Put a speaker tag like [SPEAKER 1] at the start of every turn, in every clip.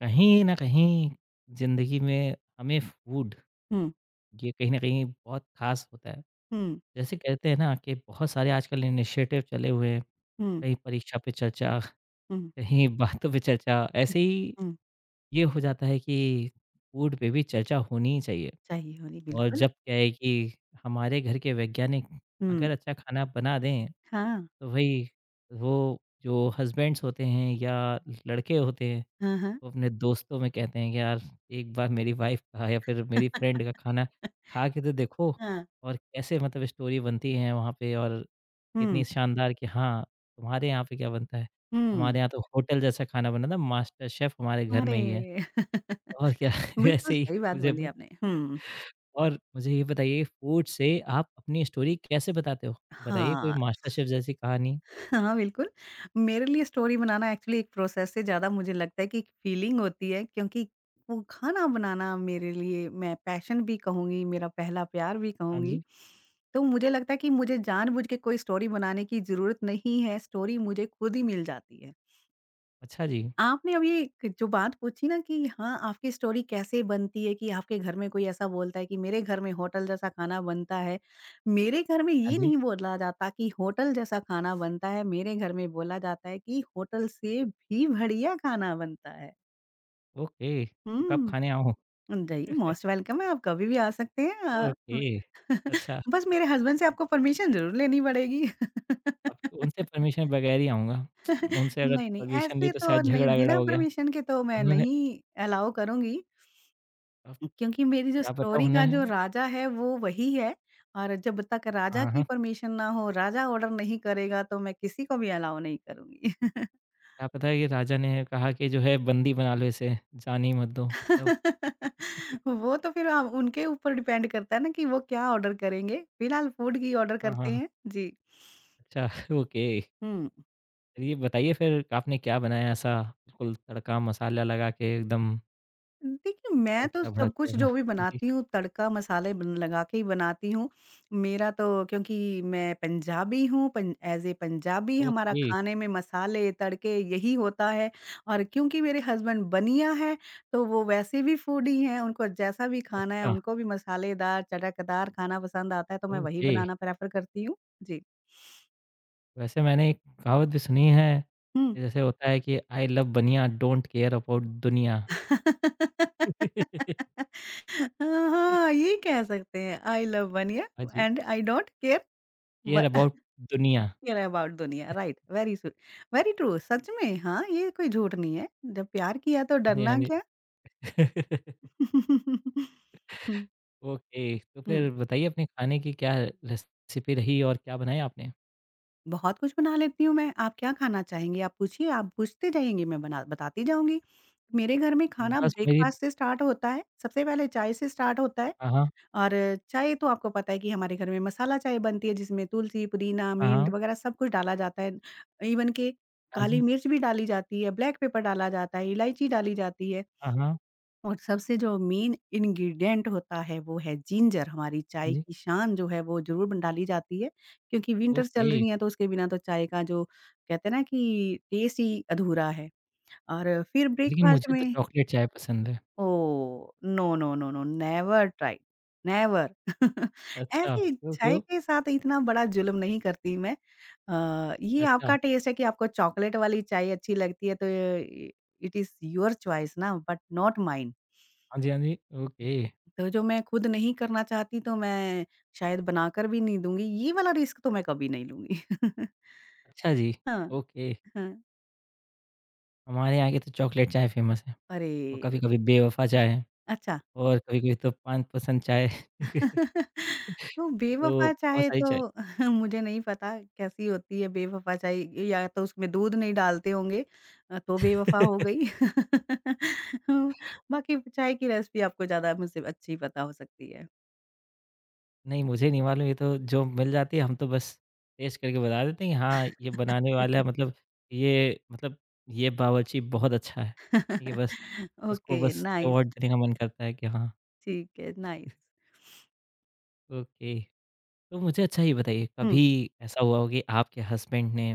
[SPEAKER 1] कहीं न कहीं ज़िंदगी में हमें फूड,
[SPEAKER 2] हुँ,
[SPEAKER 1] ये कहीं न कहीं बहुत ख़ास होता है।
[SPEAKER 2] हुँ,
[SPEAKER 1] जैसे कहते हैं ना कि बहुत सारे आजकल इनिशिएटिव चले हुए हैं,
[SPEAKER 2] हुँ,
[SPEAKER 1] कहीं परीक्षा पे चर्चा,
[SPEAKER 2] हुँ,
[SPEAKER 1] कहीं बातों पे चर्चा,
[SPEAKER 2] हुँ,
[SPEAKER 1] ऐसे ही
[SPEAKER 2] हुँ।
[SPEAKER 1] ये हो जाता है कि फूड पे भी चर्चा होनी ही चाहिए।
[SPEAKER 2] चाहिए होनी,
[SPEAKER 1] और
[SPEAKER 2] बिल्कुल।
[SPEAKER 1] जब क्या है कि हमारे घर के वैज्ञानिक
[SPEAKER 2] हुँ।
[SPEAKER 1] अगर अच्छा खाना बना दें,
[SPEAKER 2] हाँ,
[SPEAKER 1] तो भई वो जो हस्बैंड्स होते हैं या लड़के होते हैं,
[SPEAKER 2] हाँ, हाँ।
[SPEAKER 1] तो अपने दोस्तों में कहते हैं कि यार एक बार मेरी वाइफ का या फिर मेरी फ्रेंड का खाना खा के तो देखो
[SPEAKER 2] हाँ।
[SPEAKER 1] और कैसे मतलब स्टोरी बनती है वहाँ पे और इतनी
[SPEAKER 2] हुँ,
[SPEAKER 1] शानदार कि हाँ, तुम्हारे यहाँ पे क्या बनता है? हमारे
[SPEAKER 2] हुँ।
[SPEAKER 1] यहाँ तो होटल जैसा खाना बना था, मास्टर शेफ हमारे घर में ही है।
[SPEAKER 2] अरे!
[SPEAKER 1] और क्या
[SPEAKER 2] बिल्कुल
[SPEAKER 1] ऐसे ही
[SPEAKER 2] सही बात
[SPEAKER 1] मुझे
[SPEAKER 2] बोली
[SPEAKER 1] ब
[SPEAKER 2] आपने। हुँ।
[SPEAKER 1] और मुझे ये बताइए फूड से आप अपनी स्टोरी कैसे बताते हो? बताइए कोई
[SPEAKER 2] हाँ,
[SPEAKER 1] मास्टर शेफ जैसी कहानी?
[SPEAKER 2] हाँ, बिल्कुल। मेरे लिए स्टोरी बनाना एक्चुअली एक प्रोसेस से ज़्यादा मुझे लगता है कि एक फीलिंग होती है क्योंकि वो खाना बनाना मेरे लिए मैं पैशन भी कहूँगी, मेरा पहला प्यार भी
[SPEAKER 1] हाँ
[SPEAKER 2] कहूँगी।
[SPEAKER 1] जी।
[SPEAKER 2] तो मुझे लगता है कि मुझे जानबूझ के कोई स्टोरी बनाने की ज़रूरत नहीं है, स्टोरी मुझे खुद ही मिल जाती है।
[SPEAKER 1] अच्छा जी।
[SPEAKER 2] आपने अब ये क जो बात पूछी ना कि हाँ, आपकी स्टोरी कैसे बनती है कि आपके घर में कोई ऐसा बोलता है कि मेरे घर में होटल जैसा खाना बनता है। मेरे घर में
[SPEAKER 1] हाँ
[SPEAKER 2] ये
[SPEAKER 1] जी।
[SPEAKER 2] नहीं बोला जाता कि होटल जैसा खाना बनता है, मेरे घर में बोला जाता है कि होटल से भी बढ़िया खाना बनता है।
[SPEAKER 1] ओके, तो कब
[SPEAKER 2] हुँ,
[SPEAKER 1] खाने आऊँ?
[SPEAKER 2] जी, मोस्ट वेलकम है, आप कभी भी आ सकते हैं। अ, म
[SPEAKER 1] ओके, अच्छा।
[SPEAKER 2] बस मेरे हस्बैंड से आपको परमिशन ज़रूर लेनी पड़ेगी।
[SPEAKER 1] अब उनसे परमिशन बगैर ही आऊँगा। उनसे अगर
[SPEAKER 2] नहीं, नहीं,
[SPEAKER 1] परमिशन ली
[SPEAKER 2] ऐसे
[SPEAKER 1] तो
[SPEAKER 2] तो
[SPEAKER 1] शायद
[SPEAKER 2] नहीं
[SPEAKER 1] झगड़ा-वगड़ा
[SPEAKER 2] बिना
[SPEAKER 1] हो गया।
[SPEAKER 2] परमिशन के तो मैं
[SPEAKER 1] उन्होंने
[SPEAKER 2] नहीं अलाउ करूँगी।
[SPEAKER 1] अब
[SPEAKER 2] क्योंकि मेरी जो
[SPEAKER 1] क्या पता
[SPEAKER 2] स्टोरी का
[SPEAKER 1] उन्होंने
[SPEAKER 2] जो राजा है वो वही है और जब तक राजा
[SPEAKER 1] हाँ,
[SPEAKER 2] की
[SPEAKER 1] हाँ,
[SPEAKER 2] परमिशन ना हो, राजा ऑर्डर नहीं करेगा तो मैं किसी को भी अलाउ नहीं करूँगी।
[SPEAKER 1] क्या पता ये राजा ने कहा कि जो है बंदी बना लो इसे, जाने ही मत दो। तब
[SPEAKER 2] वो तो फिर अब उनके ऊपर डिपेंड करता है ना कि वो क्या ऑर्डर करेंगे। फिलहाल फूड की ऑर्डर
[SPEAKER 1] हाँ,
[SPEAKER 2] करते
[SPEAKER 1] हाँ,
[SPEAKER 2] हैं। जी।
[SPEAKER 1] अच्छा ओके।
[SPEAKER 2] हुँ।
[SPEAKER 1] चलिए बताइए फिर आपने क्या बनाया ऐसा बिल्कुल तड़का मसाला लगा के एकदम
[SPEAKER 2] देखिए, मैं तो सब
[SPEAKER 1] तड़कता-भड़कता
[SPEAKER 2] कुछ
[SPEAKER 1] वाला?
[SPEAKER 2] जो भी
[SPEAKER 1] हाँ जी,
[SPEAKER 2] बनाती हूँ तड़का मसाले बन लगा के ही बनाती हूँ। मेरा तो क्योंकि मैं पंजाबी हूँ पं ऐज़ ए पंजाबी हमारा
[SPEAKER 1] ओके,
[SPEAKER 2] खाने में मसाले, तड़के यही होता है और क्योंकि मेरे हस्बैंड बनिया हैं, तो वो वैसे भी फूडी हैं, उनको जैसा भी खाना है,
[SPEAKER 1] अच्छा,
[SPEAKER 2] उनको भी मसालेदार, चटकदार खाना पसंद आता है, तो मैं वही
[SPEAKER 1] ओके।
[SPEAKER 2] बनाना प्रेफ़र करती हूँ। जी।
[SPEAKER 1] वैसे मैंने एक कहावत भी सुनी है,
[SPEAKER 2] हुँ।
[SPEAKER 1] कि जैसे होता है कि I love Baniya don't care about दुनिया।
[SPEAKER 2] हाँ, हाँ, ये कह सकते हैं आई लव बनिया
[SPEAKER 1] हाँ जी।
[SPEAKER 2] एंड आई डोंट केयर व
[SPEAKER 1] केयर अबाउट दुनिया।
[SPEAKER 2] केयर अबाउट दुनिया राइट वेरी ट्रू सच में हाँ, ये कोई झूठ नहीं है। जब प्यार किया तो डरना
[SPEAKER 1] यानी
[SPEAKER 2] क्या? हुँ,
[SPEAKER 1] ओके, तो
[SPEAKER 2] हुँ।
[SPEAKER 1] फिर बताइए अपने खाने की क्या रेसिपी रही और क्या बनाया आपने?
[SPEAKER 2] बहुत कुछ बना लेती हूँ मैं। आप क्या खाना चाहेंगी? आप पूछिए, आप पूछते जाएँगी, मैं बना बताती जाऊँगी। मेरे घर में खाना
[SPEAKER 1] बस मेरी
[SPEAKER 2] ब्रेकफ़ास्ट से स्टार्ट होता है, सबसे पहले चाय से स्टार्ट होता है
[SPEAKER 1] हाँ, हाँ।
[SPEAKER 2] और चाय तो आपको पता है कि हमारे घर में मसाला चाय बनती है जिसमें तुलसी, पुदीना,
[SPEAKER 1] हाँ,
[SPEAKER 2] मिंट
[SPEAKER 1] हाँ।
[SPEAKER 2] वग़ैरह सब कुछ डाला जाता है। इवन के
[SPEAKER 1] हाँ
[SPEAKER 2] काली
[SPEAKER 1] जी।
[SPEAKER 2] मिर्च भी डाली जाती है, ब्लैक पेपर डाला जाता है, इलायची डाली जाती है।
[SPEAKER 1] हाँ, हाँ।
[SPEAKER 2] और सबसे जो मेन इंग्रीडिएंट होता है वो है जिंजर, हमारी
[SPEAKER 1] हाँ
[SPEAKER 2] चाय
[SPEAKER 1] जी।
[SPEAKER 2] की शान जो है वो ज़रूर ब डाली जाती है, क्योंकि विंटर्स चल
[SPEAKER 1] ओके,
[SPEAKER 2] रही हैं तो उसके बिना तो चाय का जो कहते हैं ना कि टेस्ट ही अधूरा है। और फिर
[SPEAKER 1] लेकिन
[SPEAKER 2] ब्रेकफास्ट
[SPEAKER 1] मुझे तो
[SPEAKER 2] में।
[SPEAKER 1] चॉकलेट चाय पसंद है।
[SPEAKER 2] Oh! No, no, no, no never try, never
[SPEAKER 1] अच्छा,
[SPEAKER 2] ऐसे
[SPEAKER 1] क्यों,
[SPEAKER 2] चाय
[SPEAKER 1] क्यों?
[SPEAKER 2] के साथ इतना बड़ा जुल्म नहीं करती मैं। ये
[SPEAKER 1] अच्छा,
[SPEAKER 2] आपका टेस्ट है कि आपको चॉकलेट वाली चाय अच्छी लगती है तो इ इट इज़ योर चॉइस ना बट नॉट माइन।
[SPEAKER 1] हाँ जी, हाँ जी। ओके,
[SPEAKER 2] तो जो मैं खुद नहीं करना चाहती तो मैं शायद बनाकर भी नहीं दूँगी, ये वाला रिस्क तो मैं कभी नहीं लूँगी।
[SPEAKER 1] अच्छा जी।
[SPEAKER 2] हाँ,
[SPEAKER 1] ओके,
[SPEAKER 2] हाँ।
[SPEAKER 1] हमारे यहाँ की तो चॉकलेट चाय फ़ेमस है
[SPEAKER 2] अरे!
[SPEAKER 1] और कभी-कभी बेवफ़ा चाय
[SPEAKER 2] अच्छा।
[SPEAKER 1] और कभी-कभी तो पान पसंद चाय
[SPEAKER 2] तो
[SPEAKER 1] तो
[SPEAKER 2] बेवफ़ा
[SPEAKER 1] बहुत
[SPEAKER 2] चाहे
[SPEAKER 1] सारी चाय।
[SPEAKER 2] तो। मुझे नहीं पता कैसी होती है बेवफ़ा चाहे, या तो उसमें दूध नहीं डालते होंगे। तो बेवफ़ा हो गई। हुँ, बाकी चाय की रेसिपी आपको ज़्यादा मुझसे अच्छी पता हो सकती है।
[SPEAKER 1] नहीं, मुझे नहीं मालूम, ये तो जो मिल जाती है हम तो बस टेस्ट करके बता देते हैं कि हाँ, ये बनाने वाला है, मतलब ये बावर्ची बहुत अच्छा है। ठीक है, बस
[SPEAKER 2] ओके,
[SPEAKER 1] उसको बस
[SPEAKER 2] नाइस।
[SPEAKER 1] अवार्ड देने का मन करता है कि हाँ,
[SPEAKER 2] ठीक है, नाइस।
[SPEAKER 1] ओके। तो मुझे अच्छा ये बताइए,
[SPEAKER 2] हुँ,
[SPEAKER 1] कभी ऐसा हुआ हो कि आपके हस्बैंड ने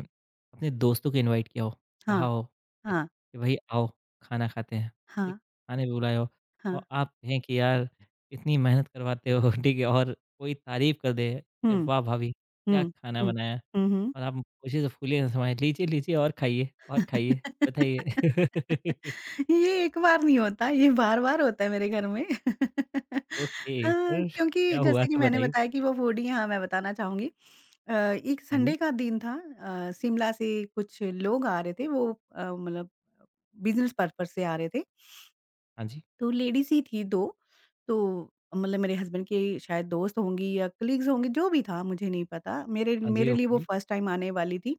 [SPEAKER 1] अपने दोस्तों को इनवाइट किया हो, कहा
[SPEAKER 2] हाँ,
[SPEAKER 1] हो कि
[SPEAKER 2] हाँ।
[SPEAKER 1] भई आओ खाना खाते हैं, ठीक?
[SPEAKER 2] हाँ,
[SPEAKER 1] खाने बुलाया हो
[SPEAKER 2] हाँ।
[SPEAKER 1] और आप कहें कि यार इतनी मेहनत करवाते हो, ठीक है? और कोई तारीफ़ कर दे कि
[SPEAKER 2] हुँ,
[SPEAKER 1] वाह भाभी क्या
[SPEAKER 2] हुँ,
[SPEAKER 1] खाना
[SPEAKER 2] हुँ।
[SPEAKER 1] बनाया
[SPEAKER 2] हुँ, हुँ।
[SPEAKER 1] और आप खुशी से फूले न समाये, लीजिए, लीजिए और खाइए, बताइए।
[SPEAKER 2] ये एक बार नहीं होता, ये बार-बार होता है मेरे घर में।
[SPEAKER 1] ओके,
[SPEAKER 2] हाँ,
[SPEAKER 1] फिर
[SPEAKER 2] क्योंकि
[SPEAKER 1] क्या हुआ
[SPEAKER 2] जैसे कि
[SPEAKER 1] था
[SPEAKER 2] मैंने
[SPEAKER 1] बताइए?
[SPEAKER 2] बताया कि वो फूडी हैं, हाँ, मैं बताना चाहूँगी। एक
[SPEAKER 1] हाँ जी,
[SPEAKER 2] संडे का दिन था। शिमला से कुछ लोग आ रहे थे, वो मतलब बिज़नेस पर्पज़ से आ रहे थे।
[SPEAKER 1] हाँ जी,
[SPEAKER 2] तो लेडीज़ ही थी 2। तो मतलब मेरे हस्बैंड की शायद दोस्त होंगी या कलीग्स होंगी, जो भी था मुझे नहीं पता। मेरे
[SPEAKER 1] हाँ जी,
[SPEAKER 2] मेरे लिए वो
[SPEAKER 1] ओके,
[SPEAKER 2] फर्स्ट टाइम आने वाली थी।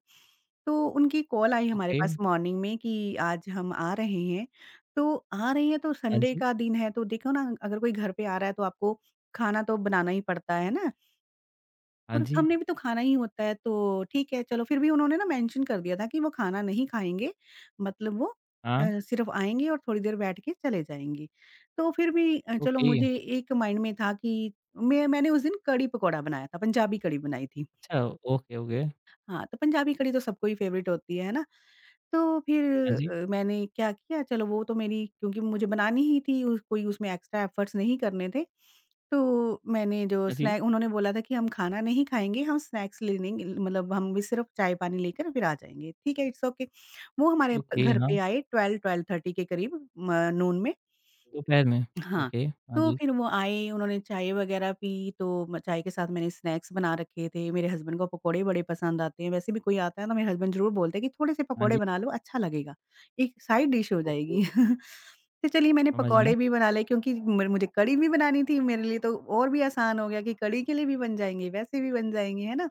[SPEAKER 2] तो उनकी कॉल आई हमारे
[SPEAKER 1] ओके,
[SPEAKER 2] पास मॉर्निंग में कि आज हम आ रहे हैं। तो आ रहे हैं तो
[SPEAKER 1] हाँ
[SPEAKER 2] संडे
[SPEAKER 1] जी।
[SPEAKER 2] का दिन है तो देखो ना अगर कोई घर पे आ रहा है तो आपको खाना तो बनाना ही पड़ता है ना?
[SPEAKER 1] हाँ
[SPEAKER 2] और
[SPEAKER 1] जी,
[SPEAKER 2] हमने भी तो खाना ही होता है, तो ठीक है, चलो। फिर भी उन्होंने ना मेंशन कर दिया था कि वो खाना नहीं खाएँगे, मतलब वो
[SPEAKER 1] हाँ,
[SPEAKER 2] सिर्फ़ आएँगे और थोड़ी देर बैठ के चले जाएँगे। तो फिर भी चलो
[SPEAKER 1] ओके।
[SPEAKER 2] मुझे एक माइंड में था कि मैंने उस दिन कढ़ी पकौड़ा बनाया था, पंजाबी कढ़ी बनाई थी।
[SPEAKER 1] अच्छा, ओके, ओके।
[SPEAKER 2] हाँ, तो पंजाबी कढ़ी तो सबको ही फ़ेवरेट होती है ना? तो फिर
[SPEAKER 1] हाँ जी,
[SPEAKER 2] मैंने क्या किया, चलो वो तो मेरी, क्योंकि मुझे बनानी ही थी, उस कोई उसमें एक्स्ट्रा एफर्ट्स नहीं करने थे। तो मैंने जो
[SPEAKER 1] हाँ जी,
[SPEAKER 2] स्नैक उन्होंने बोला था कि हम खाना नहीं खाएँगे, हम स्नैक्स ले लेंगे, मतलब हम भी सिर्फ़ चाय-पानी लेकर फिर आ जाएँगे। ठीक है, इट्स ओके। वो हमारे
[SPEAKER 1] ओके,
[SPEAKER 2] घर पे
[SPEAKER 1] हाँ,
[SPEAKER 2] आए 12-12:30 के करीब म नून में।
[SPEAKER 1] दोपहर में।
[SPEAKER 2] हाँ,
[SPEAKER 1] ओके, हाँ
[SPEAKER 2] तो
[SPEAKER 1] जी,
[SPEAKER 2] फिर वो आए, उन्होंने चाय वग़ैरह पी, तो म चाय के साथ मैंने स्नैक्स बना रखे थे। मेरे हस्बैंड को पकोड़े बड़े पसंद आते हैं, वैसे भी कोई आता है ना, मेरे हस्बैंड ज़रूर बोलते हैं कि थोड़े-से
[SPEAKER 1] हाँ
[SPEAKER 2] पकोड़े
[SPEAKER 1] जी,
[SPEAKER 2] बना लो, अच्छा लगेगा, एक साइड डिश हो
[SPEAKER 1] ओके,
[SPEAKER 2] जाएगी। तो चलिए मैंने
[SPEAKER 1] समझ गया।
[SPEAKER 2] पकोड़े भी बना लिए क्योंकि मेर मुझे कढ़ी भी बनानी थी, मेरे लिए तो और भी आसान हो गया कि कढ़ी के लिए भी बन जाएँगे, वैसे भी बन जाएँगे, है ना?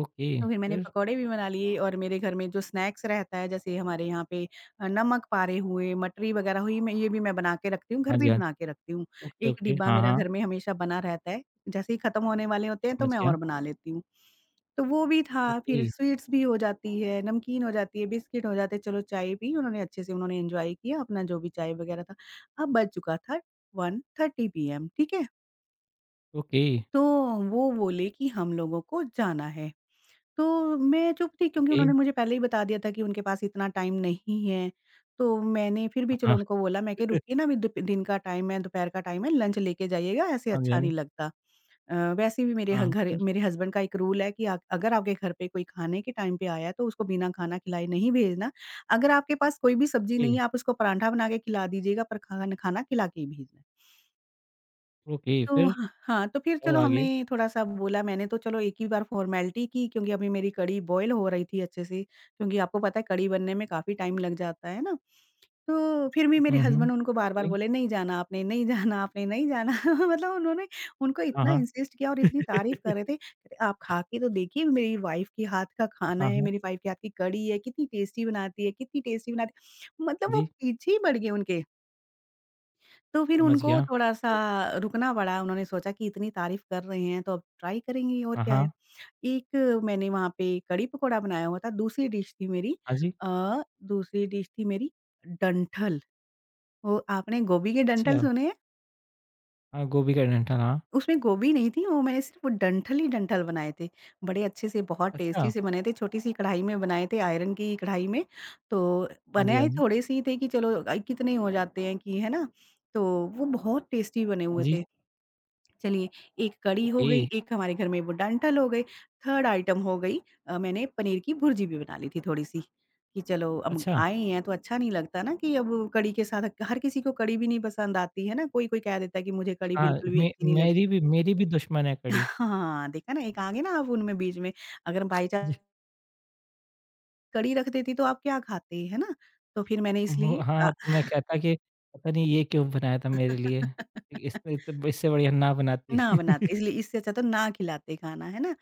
[SPEAKER 1] ओके,
[SPEAKER 2] तो फिर मैंने
[SPEAKER 1] फिर?
[SPEAKER 2] पकौड़े भी बना लिए और मेरे घर में जो स्नैक्स रहता है जैसे हमारे यहाँ पे नमक पारे हुए, मटरी वगैरह हुई, मैं ये भी मैं बना के रखती हूँ, घर
[SPEAKER 1] हाँ
[SPEAKER 2] पे
[SPEAKER 1] जी,
[SPEAKER 2] ही
[SPEAKER 1] हाँ जी,
[SPEAKER 2] बना के रखती हूँ।
[SPEAKER 1] ओके,
[SPEAKER 2] एक
[SPEAKER 1] ओके,
[SPEAKER 2] डिब्बा
[SPEAKER 1] हाँ,
[SPEAKER 2] मेरा
[SPEAKER 1] हाँ,
[SPEAKER 2] घर में हमेशा बना रहता है, जैसे ही खत्म होने वाले होते हैं तो
[SPEAKER 1] समझ
[SPEAKER 2] मैं
[SPEAKER 1] गया।
[SPEAKER 2] और बना लेती हूँ। तो वो भी था,
[SPEAKER 1] ओके,
[SPEAKER 2] फिर स्वीट्स भी हो जाती है, नमकीन हो जाती है, बिस्किट हो जाते हैं, चलो चाय भी उन्होंने अच्छे से उन्होंने एन्जॉय किया, अपना जो भी चाय वगैरह था। अब बज चुका था 1:30 पीएम, ठीक है?
[SPEAKER 1] ओके,
[SPEAKER 2] तो वो बोले कि हम लोगों को जाना है। तो मैं चुप थी क्योंकि
[SPEAKER 1] ओके,
[SPEAKER 2] उन्होंने मुझे पहले ही बता दिया था कि उनके पास इतना टाइम नहीं है। तो मैंने फिर भी चलो
[SPEAKER 1] हाँ,
[SPEAKER 2] उनको बोला, मैं कहा रुकिए ना, अभी दुप दिन का टाइम है, दोपहर का टाइम है, लंच लेके जाइएगा, ऐसे
[SPEAKER 1] हाँ जी,
[SPEAKER 2] अच्छा
[SPEAKER 1] हाँ जी,
[SPEAKER 2] नहीं लगता। वैसे भी मेरे ह
[SPEAKER 1] हाँ,
[SPEAKER 2] घर
[SPEAKER 1] फिर?
[SPEAKER 2] मेरे हस्बैंड का एक रूल है कि अगर आपके घर पे कोई खाने के टाइम पे आया है तो उसको बिना खाना खिलाए नहीं भेजना। अगर आपके पास कोई भी सब्ज़ी
[SPEAKER 1] ओके,
[SPEAKER 2] नहीं है, आप उसको पराठा बना के खिला दीजिएगा, पर खाना खिला के ही भेजना।
[SPEAKER 1] ओके,
[SPEAKER 2] तो
[SPEAKER 1] फिर?
[SPEAKER 2] हाँ, हाँ, तो फिर
[SPEAKER 1] क्या
[SPEAKER 2] चलो
[SPEAKER 1] हुआ
[SPEAKER 2] हमने
[SPEAKER 1] आगे?
[SPEAKER 2] थोड़ा-सा बोला, मैंने तो चलो एक ही बार फ़ॉर्मेलिटी की, क्योंकि अभी मेरी कढ़ी बॉयल हो रही थी अच्छे से, क्योंकि आपको पता है कढ़ी बनने में काफ़ी टाइम लग जाता है ना। तो फिर भी मेरे
[SPEAKER 1] हुँ, हुँ,
[SPEAKER 2] हस्बैंड उनको बार-बार
[SPEAKER 1] ओके,
[SPEAKER 2] बोले, "नहीं जाना आपने, नहीं जाना आपने, नहीं जाना।" मतलब उन्होंने उनको
[SPEAKER 1] हाँ,
[SPEAKER 2] इतना
[SPEAKER 1] हाँ।
[SPEAKER 2] इंसिस्ट किया और इतनी तारीफ़ कर रहे थे, कहते, "आप खा के तो देखिए, मेरी वाइफ़ के हाथ का खाना
[SPEAKER 1] हाँ,
[SPEAKER 2] है,
[SPEAKER 1] हाँ,
[SPEAKER 2] मेरी वाइफ़ के हाथ की कढ़ी है, कितनी टेस्टी बनाती है, कितनी टेस्टी बनाती है।" मतलब
[SPEAKER 1] हाँ
[SPEAKER 2] वो
[SPEAKER 1] जी,
[SPEAKER 2] पीछे ही पड़ गए उनके। तो फिर
[SPEAKER 1] समझ
[SPEAKER 2] उनको
[SPEAKER 1] गया,
[SPEAKER 2] थोड़ा-सा
[SPEAKER 1] ओके,
[SPEAKER 2] रुकना पड़ा, उन्होंने सोचा कि इतनी तारीफ़ कर रहे हैं, तो अब ट्राई करेंगे ही, और
[SPEAKER 1] हाँ,
[SPEAKER 2] क्या है।
[SPEAKER 1] हाँ,
[SPEAKER 2] एक मैंने वहाँ पे कड़ी पकोड़ा बनाया हुआ था, दूसरी डिश थी मेरी,
[SPEAKER 1] हाँ जी,
[SPEAKER 2] अ, दूसरी डिश थी मेरी डंठल। वो आपने गोभी के डंठल
[SPEAKER 1] अच्छा,
[SPEAKER 2] सुने हैं?
[SPEAKER 1] हाँ, गोभी का डंठल, हाँ।
[SPEAKER 2] उसमें गोभी नहीं थी, वो मैंने सिर्फ़ वो डंठल ही डंठल बनाए थे। बड़े अच्छे से, बहुत
[SPEAKER 1] अच्छा,
[SPEAKER 2] टेस्टी से बने थे, छोटी-सी कढ़ाई में बनाए थे, आयरन की कढ़ाई में। तो
[SPEAKER 1] हाँ जी, हाँ
[SPEAKER 2] बनाए
[SPEAKER 1] जी,
[SPEAKER 2] थोड़े-से ही थे, कि चलो कितने हो जाते हैं, कि है ना? तो वो बहुत टेस्टी बने
[SPEAKER 1] हाँ
[SPEAKER 2] हुए
[SPEAKER 1] जी,
[SPEAKER 2] थे। चलिए, एक कढ़ी हो
[SPEAKER 1] ओके।
[SPEAKER 2] गई, एक हमारे घर में वो डंठल हो गई, थर्ड आइटम हो गई, मैंने पनीर की भुर्जी भी बना ली थी थोड़ी-सी, कि चलो अब
[SPEAKER 1] अच्छा,
[SPEAKER 2] आए हैं तो अच्छा नहीं लगता ना, कि अब कढ़ी के साथ हर किसी को कढ़ी भी नहीं पसंद आती है ना, कोई-कोई कह देता है कि मुझे कढ़ी
[SPEAKER 1] हाँ,
[SPEAKER 2] बिल्कुल भी
[SPEAKER 1] मे
[SPEAKER 2] अच्छी नहीं लगती।
[SPEAKER 1] मेरी भी दुश्मन है कढ़ी।
[SPEAKER 2] हाँ, देखा ना, एक आ गए ना आप उनमें बीच में, अगर बाई चांस
[SPEAKER 1] जी,
[SPEAKER 2] कढ़ी रख देती तो आप क्या खाते, है ना? तो फिर मैंने
[SPEAKER 1] मु
[SPEAKER 2] इसलिए
[SPEAKER 1] हाँ, तो मैं कहता कि पता नहीं ये क्यों बनाया था मेरे लिए, इससे तो इससे बढ़िया ना बनाती।
[SPEAKER 2] ना बनाते, इसलिए इससे अच्छा तो ना खिलाते खाना, है ना?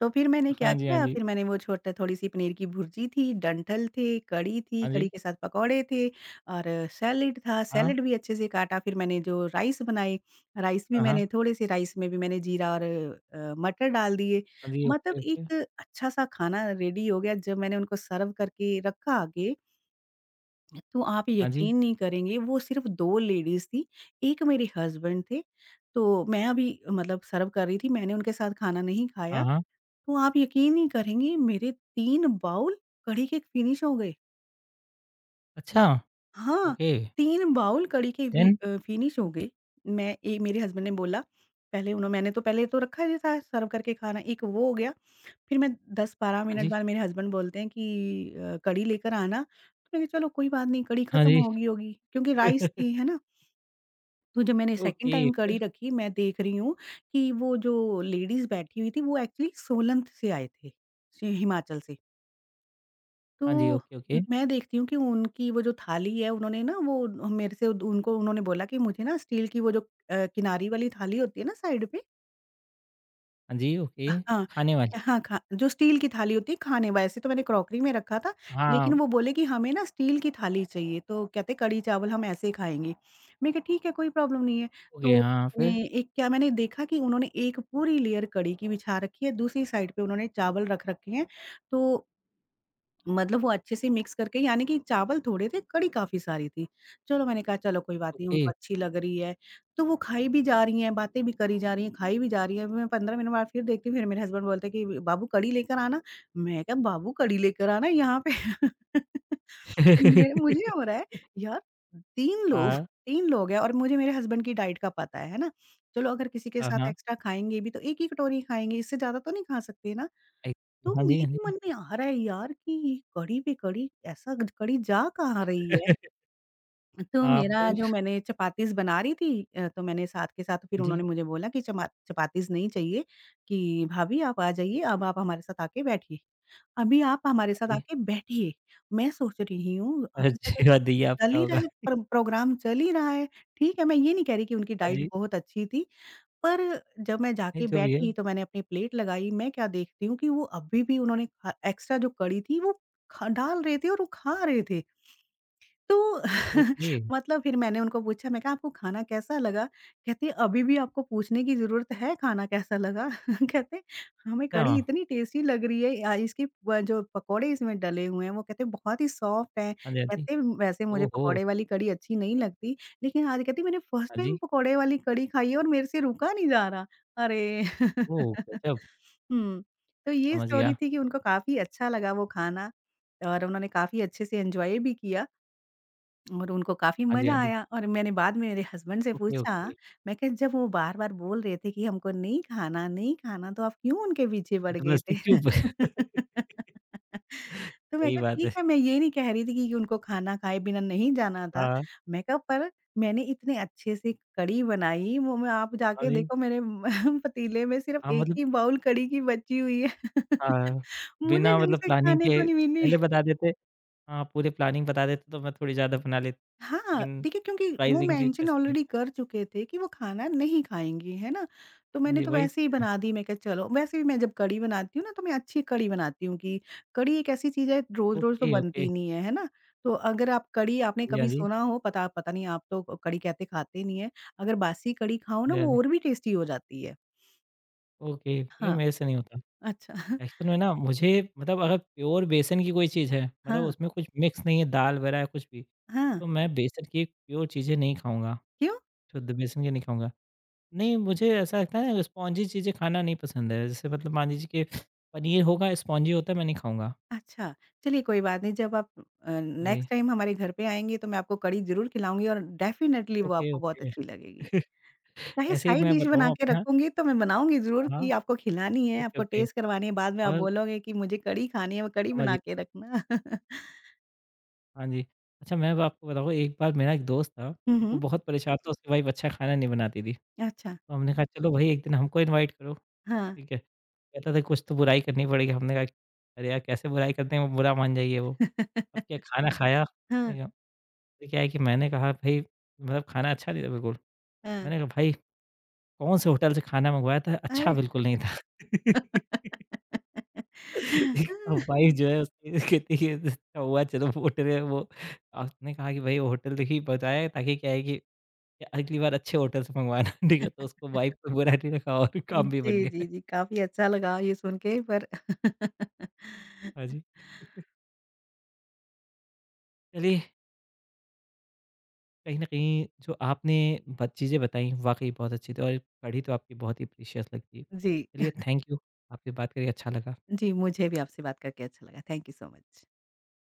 [SPEAKER 2] तो फिर मैंने क्या
[SPEAKER 1] हाँ जी, हाँ
[SPEAKER 2] किया,
[SPEAKER 1] जी,
[SPEAKER 2] फिर मैंने वो छोटा थोड़ी-सी पनीर की भुर्जी थी, डंठल थे, कढ़ी थी,
[SPEAKER 1] हाँ
[SPEAKER 2] कढ़ी
[SPEAKER 1] जी,
[SPEAKER 2] के साथ पकौड़े थे और सैलेड था,
[SPEAKER 1] हाँ,
[SPEAKER 2] सैलेड भी अच्छे से काटा। फिर मैंने जो राइस बनाए, राइस भी
[SPEAKER 1] हाँ, हाँ,
[SPEAKER 2] मैंने थोड़े-से राइस में भी मैंने जीरा और मटर डाल दिए।
[SPEAKER 1] हाँ जी,
[SPEAKER 2] मतलब
[SPEAKER 1] ओके, ओके,
[SPEAKER 2] एक अच्छा-सा खाना रेडी हो गया। जब मैंने उनको सर्व करके रखा आगे तो आप
[SPEAKER 1] हाँ जी,
[SPEAKER 2] यकीन नहीं करेंगे, वो सिर्फ़ 2 लेडीज़ थी, 1 मेरे हस्बैंड थे, तो मैं अभी मतलब सर्व कर रही थी, मैंने उनके साथ खाना नहीं खाया,
[SPEAKER 1] हाँ, हाँ,
[SPEAKER 2] तो आप यकीन नहीं करेंगी मेरे 3 बाउल कढ़ी के फिनिश हो गए।
[SPEAKER 1] अच्छा,
[SPEAKER 2] हाँ,
[SPEAKER 1] ओके,
[SPEAKER 2] 3 बाउल कढ़ी के
[SPEAKER 1] देन?
[SPEAKER 2] फिनिश हो गए। मैं ए मेरे हस्बैंड ने बोला, पहले उन्हों मैंने तो पहले तो रखा ही था सर्व करके खाना, एक वो हो गया। फिर मैं 10-12
[SPEAKER 1] हाँ
[SPEAKER 2] मिनट
[SPEAKER 1] जी,
[SPEAKER 2] बाद मेरे हस्बैंड बोलते हैं कि कढ़ी लेकर आना। तो मैंने कहा चलो कोई बात नहीं, कढ़ी
[SPEAKER 1] हाँ
[SPEAKER 2] खत्म
[SPEAKER 1] जी,
[SPEAKER 2] हो गई होगी क्योंकि राइस थी, है ना? तो जब मैंने सेकंड
[SPEAKER 1] ओके,
[SPEAKER 2] टाइम कढ़ी रखी, मैं देख रही हूँ कि वो जो लेडीज़ बैठी हुई थी वो एक्चुअली सोलन से आए थे, से हिमाचल से।
[SPEAKER 1] हाँ जी,
[SPEAKER 2] तो
[SPEAKER 1] ओके, ओके,
[SPEAKER 2] मैं देखती हूँ कि उनकी वो जो थाली है, उन्होंने ना वो मेरे से उनको उन्होंने बोला कि मुझे ना स्टील की वो जो किनारी वाली थाली होती है ना साइड पे,
[SPEAKER 1] हाँ जी, ओके,
[SPEAKER 2] हाँ,
[SPEAKER 1] खाने वाली,
[SPEAKER 2] हाँ, खा जो स्टील की थाली होती है खाने, वैसे तो मैंने क्रॉकरी में रखा था, लेकिन
[SPEAKER 1] हाँ,
[SPEAKER 2] वो बोले कि हमें ना स्टील की थाली चाहिए, तो कहते कड़ी चावल हम ऐसे ही खाएँगे। मैं कहा ठीक है, कोई प्रॉब्लम नहीं है।
[SPEAKER 1] ओके,
[SPEAKER 2] तो
[SPEAKER 1] हाँ, फिर?
[SPEAKER 2] उन्होंने एक क्या मैंने देखा कि उन्होंने एक पूरी लेयर कड़ी की बिछा रखी है, दूसरी साइड पे उन्होंने चावल रख रखे हैं। तो मतलब वो अच्छे से मिक्स करके, यानी कि चावल थोड़े थे, कढ़ी काफ़ी सारी थी। चलो, मैंने कहा चलो कोई बात नहीं, उनको
[SPEAKER 1] ओके,
[SPEAKER 2] अच्छी लग रही है, तो वो खाई भी जा रही हैं, बातें भी करी जा रही हैं, खाई भी जा रही हैं। मैं 15 मिनट बाद फिर देखती हूँ, फिर मेरे हस्बैंड बोलते हैं कि बाबू कढ़ी लेकर आना। मैं कहा बाबू कढ़ी लेकर आना यहाँ पे। मैं मुझे हो रहा है यार, 3 लोग,
[SPEAKER 1] हाँ,
[SPEAKER 2] 3 लोग हैं और मुझे मेरे हस्बैंड की डाइट का पता है ना? चलो अगर किसी के
[SPEAKER 1] हाँ,
[SPEAKER 2] साथ
[SPEAKER 1] हाँ,
[SPEAKER 2] एक्स्ट्रा खाएँगे भी तो 1 ही कटोरी खाएँगे, इससे ज़्यादा तो नहीं खा सकते ना।
[SPEAKER 1] एक
[SPEAKER 2] तो
[SPEAKER 1] हाँ जी, हाँ
[SPEAKER 2] मेरे
[SPEAKER 1] जी,
[SPEAKER 2] मन में आ रहा है यार कि ये कड़ी पे कड़ी, ऐसा ग कड़ी जा कहाँ रही है? तो
[SPEAKER 1] हाँ,
[SPEAKER 2] मेरा जो
[SPEAKER 1] फिर?
[SPEAKER 2] मैंने चपातीस बना रही थी तो मैंने साथ के साथ फिर उन्होंने
[SPEAKER 1] जी,
[SPEAKER 2] मुझे बोला कि चमा चपातीस नहीं चाहिए कि भाभी आप आ जाइए, अब आप हमारे साथ आके बैठिए। अभी आप हमारे
[SPEAKER 1] हाँ
[SPEAKER 2] साथ
[SPEAKER 1] जी।
[SPEAKER 2] आके बैठिए। मैं सोच रही हूँ अभी तक
[SPEAKER 1] आशीर्वाद दिए
[SPEAKER 2] चल
[SPEAKER 1] आपका
[SPEAKER 2] ही रहा
[SPEAKER 1] होगा।
[SPEAKER 2] है, प्रोग्राम चल ही रहा है। ठीक है, मैं ये नहीं कह रही कि उनकी
[SPEAKER 1] हाँ
[SPEAKER 2] डाइट
[SPEAKER 1] जी,
[SPEAKER 2] बहुत अच्छी थी। पर जब मैं
[SPEAKER 1] नहीं
[SPEAKER 2] जाके
[SPEAKER 1] जो भी है,
[SPEAKER 2] बैठी तो मैंने अपनी प्लेट लगाई, मैं क्या देखती हूँ कि वो अभी भी उन्होंने खा एक्स्ट्रा जो कड़ी थी वो खा डाल रहे थे और वो खा रहे थे। तो
[SPEAKER 1] ओके,
[SPEAKER 2] मतलब फिर मैंने उनको पूछा, मैं कहा आपको खाना कैसा लगा? कहती अभी भी आपको पूछने की ज़रूरत है खाना कैसा लगा? कहते हमें
[SPEAKER 1] अच्छा।
[SPEAKER 2] कड़ी इतनी टेस्टी लग रही है, इसके व जो पकौड़े इसमें डले हुए हैं वो कहते बहुत ही सॉफ्ट हैं।
[SPEAKER 1] हाँ जी, हाँ जी।
[SPEAKER 2] कहते वैसे मुझे
[SPEAKER 1] ओहो!
[SPEAKER 2] पकौड़े वाली कड़ी अच्छी नहीं लगती, लेकिन आज कहती मैंने फर्स्ट
[SPEAKER 1] हाँ
[SPEAKER 2] टाइम
[SPEAKER 1] जी,
[SPEAKER 2] पकौड़े वाली कड़ी खाई है और मेरे से रुका नहीं जा रहा। अरे!
[SPEAKER 1] ओह! गज़ब,
[SPEAKER 2] हुँ, तो ये
[SPEAKER 1] समझ
[SPEAKER 2] स्टोरी
[SPEAKER 1] गया।
[SPEAKER 2] थी कि उनको काफ़ी अच्छा लगा वो खाना और उन्होंने काफ़ी अच्छे से एन्जॉय भी किया। और उनको काफ़ी
[SPEAKER 1] हाँ जी,
[SPEAKER 2] मज़ा
[SPEAKER 1] हाँ जी।
[SPEAKER 2] आया और मैंने बाद में मेरे हस्बैंड से
[SPEAKER 1] ओके,
[SPEAKER 2] पूछा,
[SPEAKER 1] ओके।
[SPEAKER 2] मैं कहा जब वो बार-बार बोल रहे थे कि हमको नहीं खाना, नहीं खाना, तो आप क्यों उनके पीछे पड़ गए
[SPEAKER 1] जबरदस्ती
[SPEAKER 2] थे?
[SPEAKER 1] क्यों?
[SPEAKER 2] तो मैं
[SPEAKER 1] सही
[SPEAKER 2] कहा
[SPEAKER 1] बात
[SPEAKER 2] ठीक
[SPEAKER 1] है।
[SPEAKER 2] है, मैं ये नहीं कह रही थी कि उनको खाना खाए बिना नहीं जाना था।
[SPEAKER 1] हाँ,
[SPEAKER 2] मैं कहा पर मैंने इतने अच्छे से कढ़ी बनाई, वो मैं आप
[SPEAKER 1] हाँ
[SPEAKER 2] जाके
[SPEAKER 1] जी।
[SPEAKER 2] देखो मेरे पतीले में सिर्फ
[SPEAKER 1] हाँ,
[SPEAKER 2] एक
[SPEAKER 1] मतलब
[SPEAKER 2] ही बाउल कढ़ी की बची हुई है।
[SPEAKER 1] हाँ,
[SPEAKER 2] मुझे
[SPEAKER 1] बिना
[SPEAKER 2] ढंग
[SPEAKER 1] मतलब
[SPEAKER 2] से
[SPEAKER 1] प्लानिंग
[SPEAKER 2] खाने
[SPEAKER 1] के
[SPEAKER 2] को नहीं मिली।
[SPEAKER 1] पहले बता देते हाँ, पूरे प्लानिंग बता देते तो मैं थोड़ी ज़्यादा बना लेता,
[SPEAKER 2] हाँ,
[SPEAKER 1] लेकिन
[SPEAKER 2] देखिए क्योंकि वो
[SPEAKER 1] सरप्राइज़िंगली
[SPEAKER 2] मेंशन
[SPEAKER 1] कैसे
[SPEAKER 2] ऑलरेडी
[SPEAKER 1] देता
[SPEAKER 2] कर चुके थे कि वो खाना नहीं खाएँगी, है ना? तो
[SPEAKER 1] हाँ
[SPEAKER 2] मैंने
[SPEAKER 1] जी,
[SPEAKER 2] तो
[SPEAKER 1] वही
[SPEAKER 2] वैसे ही
[SPEAKER 1] चीज़ है।
[SPEAKER 2] बना दी, मैं कहा चलो वैसे भी मैं जब कढ़ी बनाती हूँ ना, तो मैं अच्छी कढ़ी बनाती हूँ कि कढ़ी एक ऐसी चीज़ है, रोज़-रोज़ तो
[SPEAKER 1] ओके, ओके।
[SPEAKER 2] बनती नहीं है, है ना? तो अगर आप कढ़ी आपने
[SPEAKER 1] हाँ जी, हाँ
[SPEAKER 2] कभी
[SPEAKER 1] जी।
[SPEAKER 2] सुना हो, पता पता नहीं आप तो कढ़ी कहते खाते नहीं हैं, अगर बासी कढ़ी खाओ
[SPEAKER 1] हाँ
[SPEAKER 2] ना
[SPEAKER 1] जी, हाँ
[SPEAKER 2] वो
[SPEAKER 1] जी।
[SPEAKER 2] और भी टेस्टी हो जाती है।
[SPEAKER 1] ओके, ये
[SPEAKER 2] हाँ,
[SPEAKER 1] मेरे से नहीं होता।
[SPEAKER 2] अच्छा।
[SPEAKER 1] एक्चुअल में ना मुझे मतलब अगर प्योर बेसन की कोई चीज़ है, मतलब
[SPEAKER 2] हाँ,
[SPEAKER 1] उसमें कुछ मिक्स नहीं है, दाल वगैरह कुछ भी,
[SPEAKER 2] हाँ,
[SPEAKER 1] तो मैं बेसन की प्योर चीज़ें नहीं खाऊँगा,
[SPEAKER 2] क्यों?
[SPEAKER 1] शुद्ध बेसन की नहीं खाऊँगा। नहीं, मुझे ऐसा लगता है ना स्पॉन्जी चीज़ें खाना नहीं पसंद है, जैसे मतलब मान लीजिए कि पनीर होगा स्पॉन्जी होता है, मैं नहीं खाऊँगा।
[SPEAKER 2] अच्छा, चलिए कोई बात नहीं, जब आप
[SPEAKER 1] हाँ जी,
[SPEAKER 2] नेक्स्ट टाइम हमारे घर पे आएँगे तो मैं आपको कढ़ी ज़रूर खिलाऊँगी और डेफ़िनेटली वो
[SPEAKER 1] ओके,
[SPEAKER 2] आपको बहुत
[SPEAKER 1] ओके।
[SPEAKER 2] अच्छी लगेगी। चाहे
[SPEAKER 1] ऐसे ही
[SPEAKER 2] साइड
[SPEAKER 1] मैं
[SPEAKER 2] डिश बना
[SPEAKER 1] बताऊँ
[SPEAKER 2] के
[SPEAKER 1] अपना
[SPEAKER 2] रखूँगी, तो मैं बनाऊँगी ज़रूर
[SPEAKER 1] हाँ,
[SPEAKER 2] कि आपको खिलानी है,
[SPEAKER 1] ओके,
[SPEAKER 2] आपको
[SPEAKER 1] ओके
[SPEAKER 2] टेस्ट करवानी है, बाद में आप
[SPEAKER 1] और
[SPEAKER 2] बोलोगे कि मुझे कढ़ी खानी है, वो कढ़ी
[SPEAKER 1] समझ
[SPEAKER 2] बना
[SPEAKER 1] गया।
[SPEAKER 2] के रखना।
[SPEAKER 1] हाँ जी। अच्छा मैं अब आपको बताऊँ एक बार मेरा एक दोस्त था,
[SPEAKER 2] हुँ,
[SPEAKER 1] एक
[SPEAKER 2] हुँ।
[SPEAKER 1] वो बहुत परेशान था, उसकी वाइफ़ अच्छा खाना नहीं बनाती थी।
[SPEAKER 2] अच्छा,
[SPEAKER 1] तो हमने कहा चलो भाई एक दिन हमको इनवाइट करो,
[SPEAKER 2] हाँ।
[SPEAKER 1] ठीक है। कहता था कुछ तो बुराई करनी पड़ेगी, हमने कहा अरे यार कैसे बुराई करते हैं वो बुरा मान जाएगी वो। अब क्या खाना खाया,
[SPEAKER 2] हाँ,
[SPEAKER 1] ठीक है। तो क्या है कि मैंने कहा भाई मतलब खाना अच्छा नहीं था बिल्कुल।
[SPEAKER 2] हाँ।
[SPEAKER 1] मैंने कहा भाई कौन से होटल से खाना मँगवाया था अच्छा
[SPEAKER 2] अरे!
[SPEAKER 1] बिल्कुल नहीं था। अब वाइफ़ जो है उसकी कहती है अच्छा हुआ चलो वो होटल है वो आपने कहा कि भाई वो होटल देखिए बताया ताकि क्या है कि अगली बार अच्छे होटल से मँगवाना ठीक है, तो उसको वाइफ़ को बुरा नहीं लगा और काम भी बन
[SPEAKER 2] जी,
[SPEAKER 1] गया।
[SPEAKER 2] जी, जी, काफ़ी अच्छा लगा ये सुन के पर।
[SPEAKER 1] हाँ जी। चलिए, कहीं न कहीं जो आपने ब चीज़ें बताई वाक़ई बहुत अच्छी थी और पढ़ी तो आपकी बहुत ही प्रीशियस लगती है।
[SPEAKER 2] जी।
[SPEAKER 1] चलिए थैंक यू, आपसे बात करके अच्छा लगा।
[SPEAKER 2] जी, मुझे भी आपसे बात करके अच्छा लगा। Thank you so much.